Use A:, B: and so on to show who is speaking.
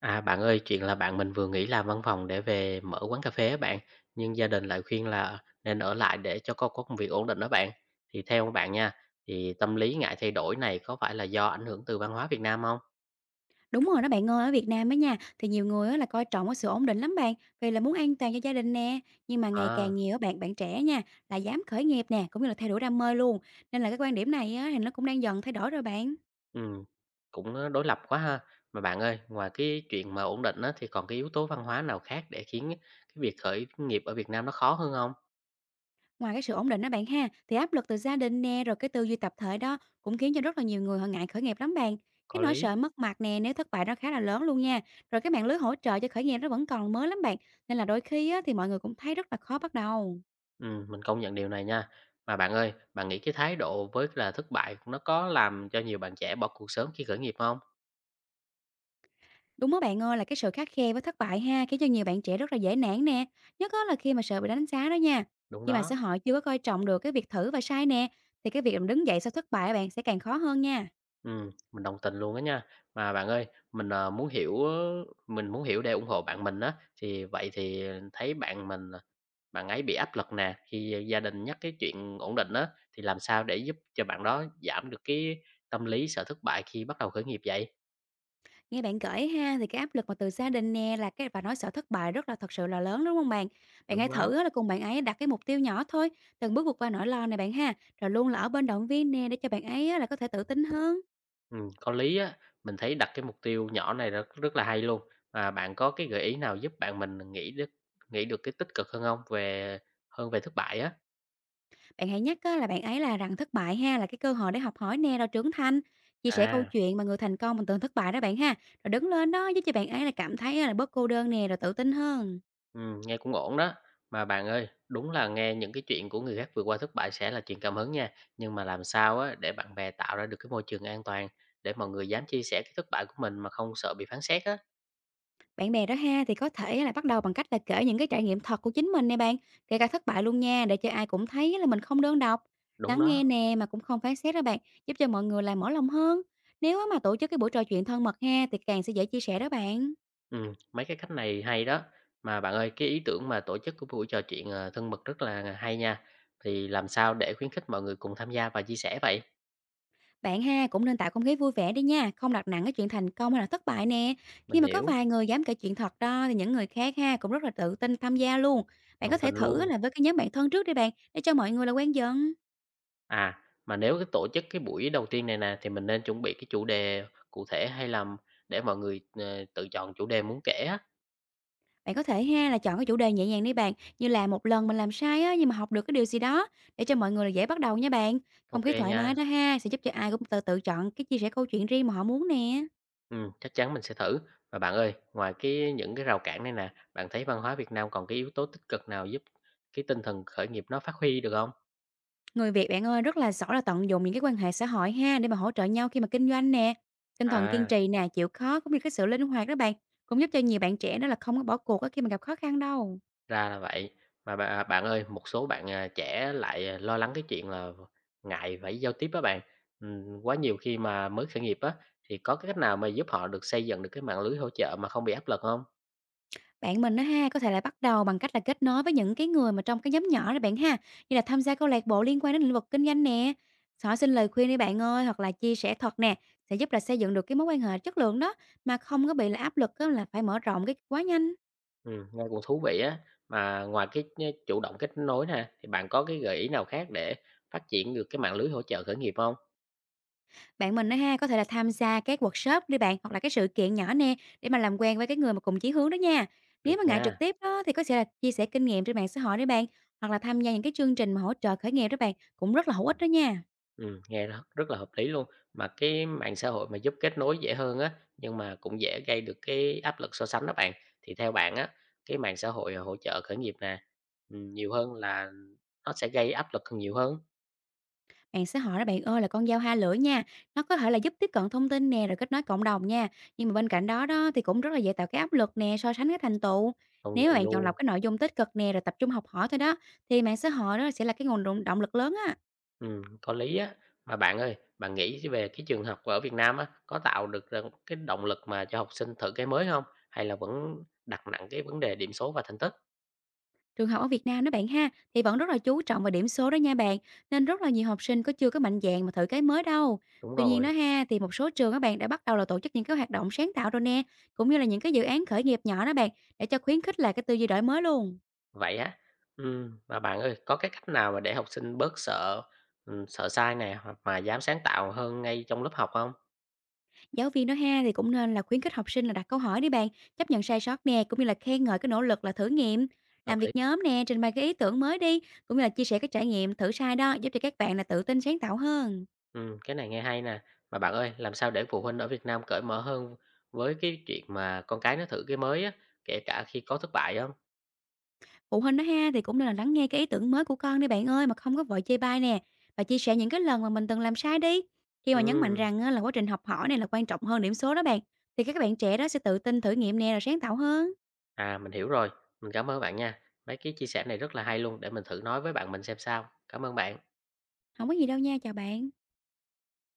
A: À, bạn ơi, chuyện là bạn mình vừa nghỉ làm văn phòng để về mở quán cà phê á bạn, nhưng gia đình lại khuyên là nên ở lại để cho con có công việc ổn định đó bạn. Thì theo bạn nha, thì tâm lý ngại thay đổi này có phải là do ảnh hưởng từ văn hóa Việt Nam không?
B: Đúng rồi đó bạn ơi, ở Việt Nam á nha, thì nhiều người á là coi trọng cái sự ổn định lắm bạn, vì là muốn an toàn cho gia đình nè, nhưng mà ngày
A: À,
B: càng nhiều á bạn bạn trẻ nha, là dám khởi nghiệp nè, cũng như là theo đuổi đam mê luôn. Nên là cái quan điểm này á thì nó cũng đang dần thay đổi rồi bạn.
A: ừ, cũng đối lập quá ha. Mà bạn ơi, ngoài cái chuyện mà ổn định á, thì còn cái yếu tố văn hóa nào khác để khiến cái việc khởi nghiệp ở Việt Nam nó khó hơn không?
B: Ngoài cái sự ổn định đó bạn ha, thì áp lực từ gia đình nè, rồi cái tư duy tập thể đó cũng khiến cho rất là nhiều người họ ngại khởi nghiệp lắm bạn.
A: Có
B: Cái nỗi
A: lý.
B: sợ mất mặt nè, nếu thất bại nó khá là lớn luôn nha. Rồi cái mạng lưới hỗ trợ cho khởi nghiệp nó vẫn còn mới lắm bạn. Nên là đôi khi á, thì mọi người cũng thấy rất là khó bắt đầu.
A: Mình công nhận điều này nha. Mà bạn ơi, bạn nghĩ cái thái độ với là thất bại nó có làm cho nhiều bạn trẻ bỏ cuộc sớm khi khởi nghiệp không?
B: Đúng đó bạn ơi, là cái sự khắt khe với thất bại ha, khiến cho nhiều bạn trẻ rất là dễ nản nè. Nhất á là khi mà sợ bị đánh giá đó nha.
A: Đúng
B: Khi mà
A: đó,
B: xã hội chưa có coi trọng được cái việc thử và sai nè, thì cái việc mà đứng dậy sau thất bại bạn sẽ càng khó hơn nha.
A: mình đồng tình luôn đó nha. Mà bạn ơi, mình, muốn hiểu á, mình muốn hiểu để ủng hộ bạn mình á, thì vậy thì thấy bạn mình, à, bạn ấy bị áp lực nè, khi gia đình nhắc cái chuyện ổn định á, thì làm sao để giúp cho bạn đó giảm được cái tâm lý sợ thất bại khi bắt đầu khởi nghiệp vậy?
B: Nghe bạn kể ha, thì cái áp lực mà từ gia đình nè là cái và nói sợ thất bại rất là thật sự là lớn đúng không bạn? Bạn hãy
A: Đúng đó.
B: thử á là cùng bạn ấy đặt cái mục tiêu nhỏ thôi, từng bước vượt qua nỗi lo này bạn ha, rồi luôn là ở bên động viên nè để cho bạn ấy á là có thể tự tin hơn.
A: Có lý á, mình thấy đặt cái mục tiêu nhỏ này rất rất là hay luôn. Mà bạn có cái gợi ý nào giúp bạn mình nghĩ được cái tích cực hơn không? Về thất bại á.
B: Bạn hãy nhắc á, là bạn ấy là rằng thất bại ha là cái cơ hội để học hỏi nè rồi trưởng thành, chia sẻ câu
A: À.
B: chuyện mà người thành công bằng từng thất bại đó bạn ha. Rồi đứng lên đó giúp cho bạn ấy là cảm thấy á, là bớt cô đơn nè rồi tự tin hơn.
A: Nghe cũng ổn đó. Mà bạn ơi, đúng là nghe những cái chuyện của người khác vượt qua thất bại sẽ là chuyện cảm hứng nha. Nhưng mà làm sao á để bạn bè tạo ra được cái môi trường an toàn để mọi người dám chia sẻ cái thất bại của mình mà không sợ bị phán xét á?
B: Bạn bè đó ha thì có thể là bắt đầu bằng cách là kể những cái trải nghiệm thật của chính mình nè bạn, kể cả thất bại luôn nha để cho ai cũng thấy là mình không đơn độc.
A: Đúng
B: Lắng
A: đó.
B: nghe nè mà cũng không phán xét đó bạn, giúp cho mọi người là mở lòng hơn. Nếu á, mà tổ chức cái buổi trò chuyện thân mật ha thì càng sẽ dễ chia sẻ đó bạn.
A: Mấy cái cách này hay đó. Mà bạn ơi, cái ý tưởng mà tổ chức của buổi trò chuyện, thân mật rất là hay nha. Thì làm sao để khuyến khích mọi người cùng tham gia và chia sẻ vậy?
B: Bạn ha cũng nên tạo không khí vui vẻ đi nha, không đặt nặng cái chuyện thành công hay là thất bại nè.
A: Mình
B: Khi mà có
A: hiểu,
B: vài người dám kể chuyện thật đó thì những người khác ha cũng rất là tự tin tham gia luôn. Bạn có
A: đồng
B: thể
A: tình
B: thử á
A: luôn.
B: là với cái nhóm bạn thân trước đi bạn, để cho mọi người là quen dần.
A: À, mà nếu cái tổ chức cái buổi đầu tiên này nè thì mình nên chuẩn bị cái chủ đề cụ thể hay là để mọi người, tự chọn chủ đề muốn kể á?
B: Bạn có thể ha là chọn cái chủ đề nhẹ nhàng đi bạn, như là một lần mình làm sai á nhưng mà học được cái điều gì đó để cho mọi người là dễ bắt đầu nha bạn. Không
A: OK
B: khí thoải mái
A: nha.
B: đó ha sẽ giúp cho ai cũng tự tự chọn cái chia sẻ câu chuyện riêng mà họ muốn nè.
A: Chắc chắn mình sẽ thử. Mà bạn ơi, ngoài cái những cái rào cản này nè, bạn thấy văn hóa Việt Nam còn cái yếu tố tích cực nào giúp cái tinh thần khởi nghiệp nó phát huy được không?
B: Người Việt bạn ơi rất là giỏi là tận dụng những cái quan hệ xã hội ha, để mà hỗ trợ nhau khi mà kinh doanh nè. Tinh thần kiên
A: À.
B: trì nè, chịu khó cũng như cái sự linh hoạt đó bạn, cũng giúp cho nhiều bạn trẻ đó là không có bỏ cuộc á khi mà gặp khó khăn đâu.
A: Ra là vậy. Mà bạn ơi, một số bạn, trẻ lại, lo lắng cái chuyện là ngại phải giao tiếp á bạn. Quá nhiều khi mà mới khởi nghiệp á, thì có cái cách nào mà giúp họ được xây dựng được cái mạng lưới hỗ trợ mà không bị áp lực không?
B: Bạn mình á ha, có thể là bắt đầu bằng cách là kết nối với những cái người mà trong cái nhóm nhỏ đó bạn ha, như là tham gia câu lạc bộ liên quan đến lĩnh vực kinh doanh nè. Hỏi xin lời khuyên đi bạn ơi, hoặc là chia sẻ thật nè, sẽ giúp là xây dựng được cái mối quan hệ chất lượng đó mà không có bị là áp lực á là phải mở rộng cái quá nhanh.
A: Nghe cũng thú vị á. Mà ngoài cái nh chủ động kết nối nè, thì bạn có cái gợi ý nào khác để phát triển được cái mạng lưới hỗ trợ khởi nghiệp không?
B: Bạn mình á ha, có thể là tham gia các workshop đi bạn, hoặc là cái sự kiện nhỏ nè, để mà làm quen với cái người mà cùng chí hướng đó nha. Nếu
A: Được
B: mà ngại trực
A: nha.
B: tiếp đó thì có thể là chia sẻ kinh nghiệm trên mạng xã hội đấy bạn, hoặc là tham gia những cái chương trình mà hỗ trợ khởi nghiệp đó bạn, cũng rất là hữu ích đó nha.
A: Nghe rất rất là hợp lý luôn. Mà cái mạng xã hội mà giúp kết nối dễ hơn á, nhưng mà cũng dễ gây được cái áp lực so sánh đó bạn. Thì theo bạn á, cái mạng xã hội hỗ trợ khởi nghiệp nè, nhiều hơn là nó sẽ gây áp lực hơn nhiều hơn?
B: Mạng xã hội đó bạn ơi là con dao hai lưỡi nha, nó có thể là giúp tiếp cận thông tin nè, rồi kết nối cộng đồng nha. Nhưng mà bên cạnh đó đó thì cũng rất là dễ tạo cái áp lực nè, so sánh cái thành tựu.
A: Công
B: Nếu mà
A: nhận
B: bạn chọn
A: luôn,
B: lọc cái nội dung tích cực nè, rồi tập trung học hỏi thôi đó, thì mạng xã hội đó sẽ là cái nguồn động động lực lớn á.
A: có lý á. Mà bạn ơi, bạn nghĩ về cái trường học ở Việt Nam á, có tạo được ra cái động lực mà cho học sinh thử cái mới không? Hay là vẫn đặt nặng cái vấn đề điểm số và thành tích?
B: Trường học ở Việt Nam đó bạn ha, thì vẫn rất là chú trọng vào điểm số đó nha bạn, nên rất là nhiều học sinh có chưa có mạnh dạn mà thử cái mới đâu.
A: Đúng
B: Tuy nhiên
A: rồi.
B: đó ha, thì một số trường các bạn đã bắt đầu là tổ chức những cái hoạt động sáng tạo rồi nè, cũng như là những cái dự án khởi nghiệp nhỏ đó bạn, để cho khuyến khích là cái tư duy đổi mới luôn.
A: Vậy á? Mà bạn ơi, có cái cách nào mà để học sinh bớt sợ, sợ sai nè, hoặc mà dám sáng tạo hơn ngay trong lớp học không?
B: Giáo viên đó ha, thì cũng nên là khuyến khích học sinh là đặt câu hỏi đi bạn, chấp nhận sai sót nè, cũng như là khen ngợi cái nỗ lực là thử nghiệm.
A: Hợp
B: Làm
A: lý.
B: việc nhóm nè, trình bày cái ý tưởng mới đi, cũng như là chia sẻ cái trải nghiệm thử sai đó, giúp cho các bạn là tự tin sáng tạo hơn.
A: Cái này nghe hay nè. Mà bạn ơi, làm sao để phụ huynh ở Việt Nam cởi mở hơn với cái chuyện mà con cái nó thử cái mới á, kể cả khi có thất bại không?
B: Phụ huynh đó ha thì cũng nên là lắng nghe cái ý tưởng mới của con đi bạn ơi mà không có vội chê bai nè và chia sẻ những cái lần mà mình từng làm sai đi. Khi mà nhấn mạnh
A: Ừm,
B: rằng á, là quá trình học hỏi này là quan trọng hơn điểm số đó bạn, thì các bạn trẻ đó sẽ tự tin thử nghiệm nè rồi sáng tạo hơn.
A: à, mình hiểu rồi. Mình cảm ơn bạn nha. Mấy cái chia sẻ này rất là hay luôn, để mình thử nói với bạn mình xem sao. Cảm ơn bạn.
B: Không có gì đâu nha, chào bạn.